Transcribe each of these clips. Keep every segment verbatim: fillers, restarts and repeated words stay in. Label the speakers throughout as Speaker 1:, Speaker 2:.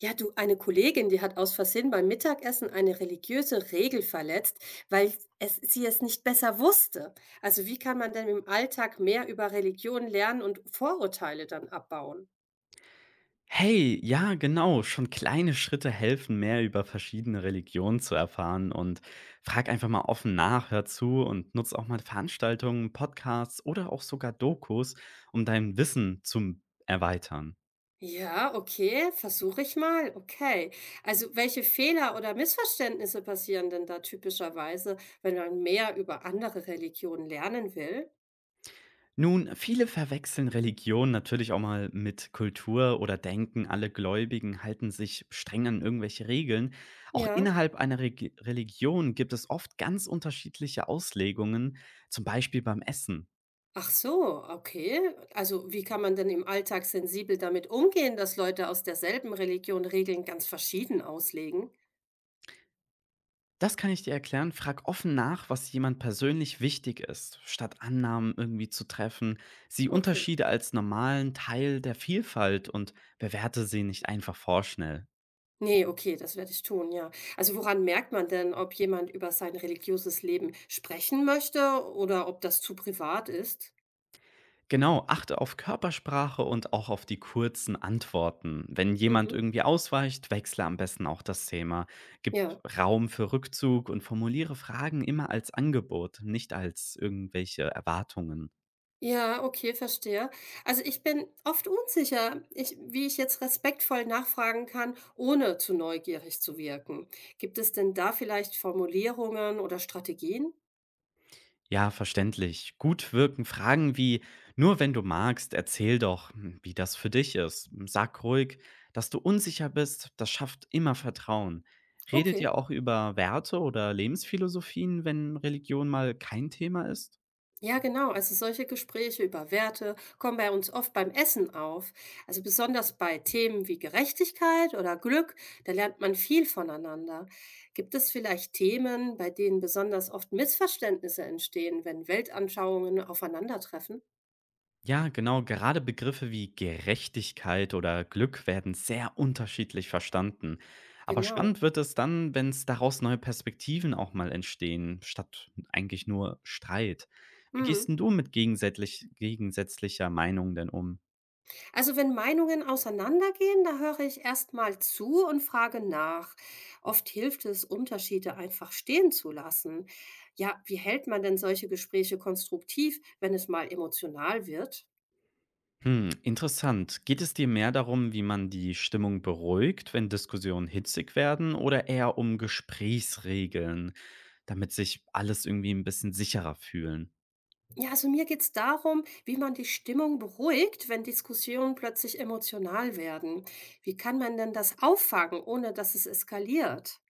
Speaker 1: Ja, du, eine Kollegin, die hat aus Versehen beim Mittagessen eine religiöse Regel verletzt, weil es, sie es nicht besser wusste. Also wie kann man denn im Alltag mehr über Religion lernen und Vorurteile dann abbauen?
Speaker 2: Hey, ja, genau. Schon kleine Schritte helfen, mehr über verschiedene Religionen zu erfahren. Und frag einfach mal offen nach, hör zu und nutz auch mal Veranstaltungen, Podcasts oder auch sogar Dokus, um dein Wissen zu erweitern.
Speaker 1: Ja, okay, versuche ich mal. Okay. Also welche Fehler oder Missverständnisse passieren denn da typischerweise, wenn man mehr über andere Religionen lernen will?
Speaker 2: Nun, viele verwechseln Religion natürlich auch mal mit Kultur oder denken, alle Gläubigen halten sich streng an irgendwelche Regeln. Auch
Speaker 1: Ja.
Speaker 2: innerhalb einer Reg- Religion gibt es oft ganz unterschiedliche Auslegungen, zum Beispiel beim Essen.
Speaker 1: Ach so, okay. Also, wie kann man denn im Alltag sensibel damit umgehen, dass Leute aus derselben Religion Regeln ganz verschieden auslegen?
Speaker 2: Das kann ich dir erklären. Frag offen nach, was jemand persönlich wichtig ist, statt Annahmen irgendwie zu treffen. Sieh
Speaker 1: Okay.
Speaker 2: Unterschiede als normalen Teil der Vielfalt und bewerte sie nicht einfach vorschnell.
Speaker 1: Ne, okay, das werde ich tun, ja. Also, woran merkt man denn, ob jemand über sein religiöses Leben sprechen möchte oder ob das zu privat ist?
Speaker 2: Genau, achte auf Körpersprache und auch auf die kurzen Antworten. Wenn jemand
Speaker 1: Mhm.
Speaker 2: irgendwie ausweicht, wechsle am besten auch das Thema. Gib
Speaker 1: Ja.
Speaker 2: Raum für Rückzug und formuliere Fragen immer als Angebot, nicht als irgendwelche Erwartungen.
Speaker 1: Ja, okay, verstehe. Also ich bin oft unsicher, ich, wie ich jetzt respektvoll nachfragen kann, ohne zu neugierig zu wirken. Gibt es denn da vielleicht Formulierungen oder Strategien?
Speaker 2: Ja, verständlich. Gut wirken Fragen wie, nur wenn du magst, erzähl doch, hm, wie das für dich ist. Sag ruhig, dass du unsicher bist, das schafft immer Vertrauen. Redet
Speaker 1: Okay.
Speaker 2: ihr auch über Werte oder Lebensphilosophien, wenn Religion mal kein Thema ist?
Speaker 1: Ja, genau. Also solche Gespräche über Werte kommen bei uns oft beim Essen auf. Also besonders bei Themen wie Gerechtigkeit oder Glück, da lernt man viel voneinander. Gibt es vielleicht Themen, bei denen besonders oft Missverständnisse entstehen, wenn Weltanschauungen aufeinandertreffen?
Speaker 2: Ja, genau, gerade Begriffe wie Gerechtigkeit oder Glück werden sehr unterschiedlich verstanden. Aber
Speaker 1: Genau.
Speaker 2: spannend wird es dann, wenn es daraus neue Perspektiven auch mal entstehen, statt eigentlich nur Streit. Wie gehst
Speaker 1: Mhm.
Speaker 2: denn du mit gegensätzlich, gegensätzlicher Meinung denn um?
Speaker 1: Also wenn Meinungen auseinandergehen, da höre ich erst mal zu und frage nach. Oft hilft es, Unterschiede einfach stehen zu lassen. Ja, wie hält man denn solche Gespräche konstruktiv, wenn es mal emotional wird?
Speaker 2: Hm, interessant. Geht es dir mehr darum, wie man die Stimmung beruhigt, wenn Diskussionen hitzig werden, oder eher um Gesprächsregeln, damit sich alles irgendwie ein bisschen sicherer fühlen?
Speaker 1: Ja, also mir geht es darum, wie man die Stimmung beruhigt, wenn Diskussionen plötzlich emotional werden. Wie kann man denn das auffangen, ohne dass es eskaliert?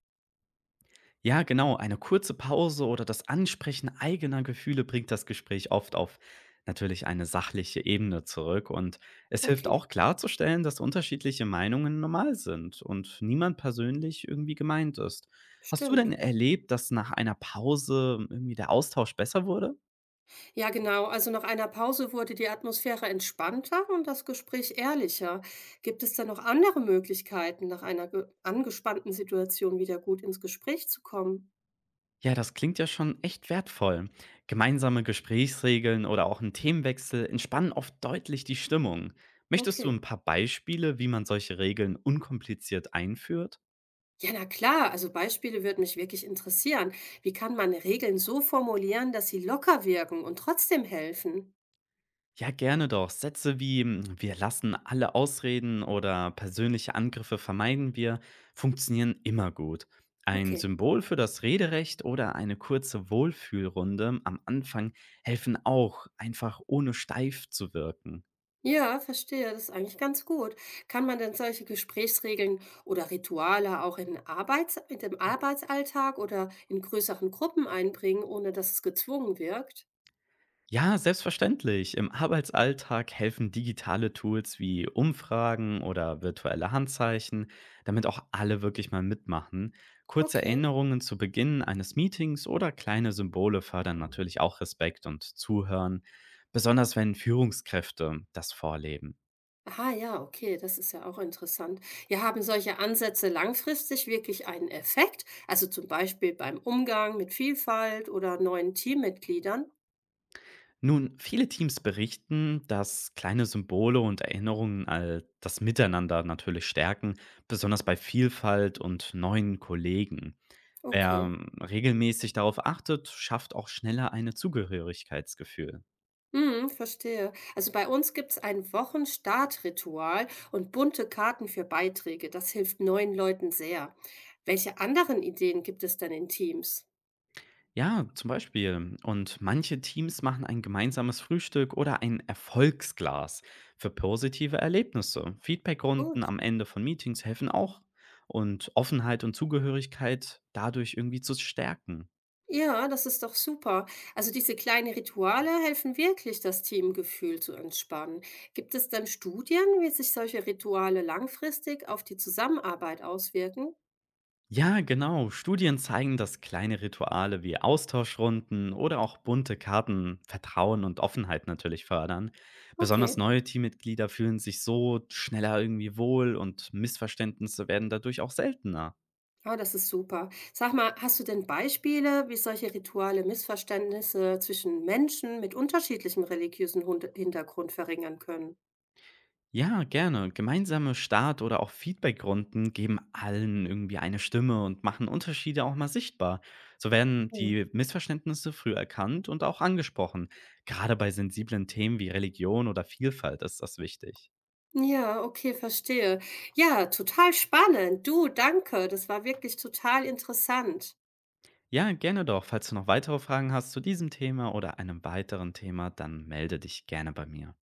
Speaker 2: Ja, genau. Eine kurze Pause oder das Ansprechen eigener Gefühle bringt das Gespräch oft auf natürlich eine sachliche Ebene zurück. Und es hilft
Speaker 1: Okay,
Speaker 2: auch klarzustellen, dass unterschiedliche Meinungen normal sind und niemand persönlich irgendwie gemeint ist. Hast du denn
Speaker 1: stimmt.
Speaker 2: erlebt, dass nach einer Pause irgendwie der Austausch besser wurde?
Speaker 1: Ja, genau. Also nach einer Pause wurde die Atmosphäre entspannter und das Gespräch ehrlicher. Gibt es denn noch andere Möglichkeiten, nach einer ge- angespannten Situation wieder gut ins Gespräch zu kommen?
Speaker 2: Ja, das klingt ja schon echt wertvoll. Gemeinsame Gesprächsregeln oder auch ein Themenwechsel entspannen oft deutlich die Stimmung. Möchtest du
Speaker 1: Okay.
Speaker 2: ein paar Beispiele, wie man solche Regeln unkompliziert einführt?
Speaker 1: Ja, na klar. Also Beispiele würden mich wirklich interessieren. Wie kann man Regeln so formulieren, dass sie locker wirken und trotzdem helfen?
Speaker 2: Ja, gerne doch. Sätze wie "Mm, wir lassen alle Ausreden oder persönliche Angriffe vermeiden wir" funktionieren immer gut. Ein
Speaker 1: Okay.
Speaker 2: Symbol für das Rederecht oder eine kurze Wohlfühlrunde am Anfang helfen auch, einfach ohne steif zu wirken.
Speaker 1: Ja, verstehe, das ist eigentlich ganz gut. Kann man denn solche Gesprächsregeln oder Rituale auch in Arbeits in dem Arbeitsalltag oder in größeren Gruppen einbringen, ohne dass es gezwungen wirkt?
Speaker 2: Ja, selbstverständlich. Im Arbeitsalltag helfen digitale Tools wie Umfragen oder virtuelle Handzeichen, damit auch alle wirklich mal mitmachen. Kurze
Speaker 1: Okay.
Speaker 2: Erinnerungen zu Beginn eines Meetings oder kleine Symbole fördern natürlich auch Respekt und Zuhören, besonders wenn Führungskräfte das vorleben.
Speaker 1: Aha, ja, okay, das ist ja auch interessant. Ja, haben solche Ansätze langfristig wirklich einen Effekt? Also zum Beispiel beim Umgang mit Vielfalt oder neuen Teammitgliedern?
Speaker 2: Nun, viele Teams berichten, dass kleine Symbole und Erinnerungen all das Miteinander natürlich stärken, besonders bei Vielfalt und neuen Kollegen. Wer,
Speaker 1: Okay.
Speaker 2: ähm, regelmäßig darauf achtet, schafft auch schneller eine Zugehörigkeitsgefühl.
Speaker 1: Mhm, verstehe. Also bei uns gibt es ein Wochenstartritual und bunte Karten für Beiträge. Das hilft neuen Leuten sehr. Welche anderen Ideen gibt es denn in Teams?
Speaker 2: Ja, zum Beispiel. Und manche Teams machen ein gemeinsames Frühstück oder ein Erfolgsglas für positive Erlebnisse. Feedbackrunden
Speaker 1: Gut.
Speaker 2: am Ende von Meetings helfen auch. Und Offenheit und Zugehörigkeit dadurch irgendwie zu stärken.
Speaker 1: Ja, das ist doch super. Also diese kleinen Rituale helfen wirklich, das Teamgefühl zu entspannen. Gibt es denn Studien, wie sich solche Rituale langfristig auf die Zusammenarbeit auswirken?
Speaker 2: Ja, genau. Studien zeigen, dass kleine Rituale wie Austauschrunden oder auch bunte Karten Vertrauen und Offenheit natürlich fördern. Besonders
Speaker 1: Okay.
Speaker 2: neue Teammitglieder fühlen sich so schneller irgendwie wohl und Missverständnisse werden dadurch auch seltener.
Speaker 1: Ah, das ist super. Sag mal, hast du denn Beispiele, wie solche Rituale Missverständnisse zwischen Menschen mit unterschiedlichem religiösen Hund- Hintergrund verringern können?
Speaker 2: Ja, gerne. Gemeinsame Start- oder auch Feedbackrunden geben allen irgendwie eine Stimme und machen Unterschiede auch mal sichtbar. So werden
Speaker 1: Ja.
Speaker 2: die Missverständnisse früh erkannt und auch angesprochen. Gerade bei sensiblen Themen wie Religion oder Vielfalt ist das wichtig.
Speaker 1: Ja, okay, verstehe. Ja, total spannend. Du, danke. Das war wirklich total interessant.
Speaker 2: Ja, gerne doch. Falls du noch weitere Fragen hast zu diesem Thema oder einem weiteren Thema, dann melde dich gerne bei mir.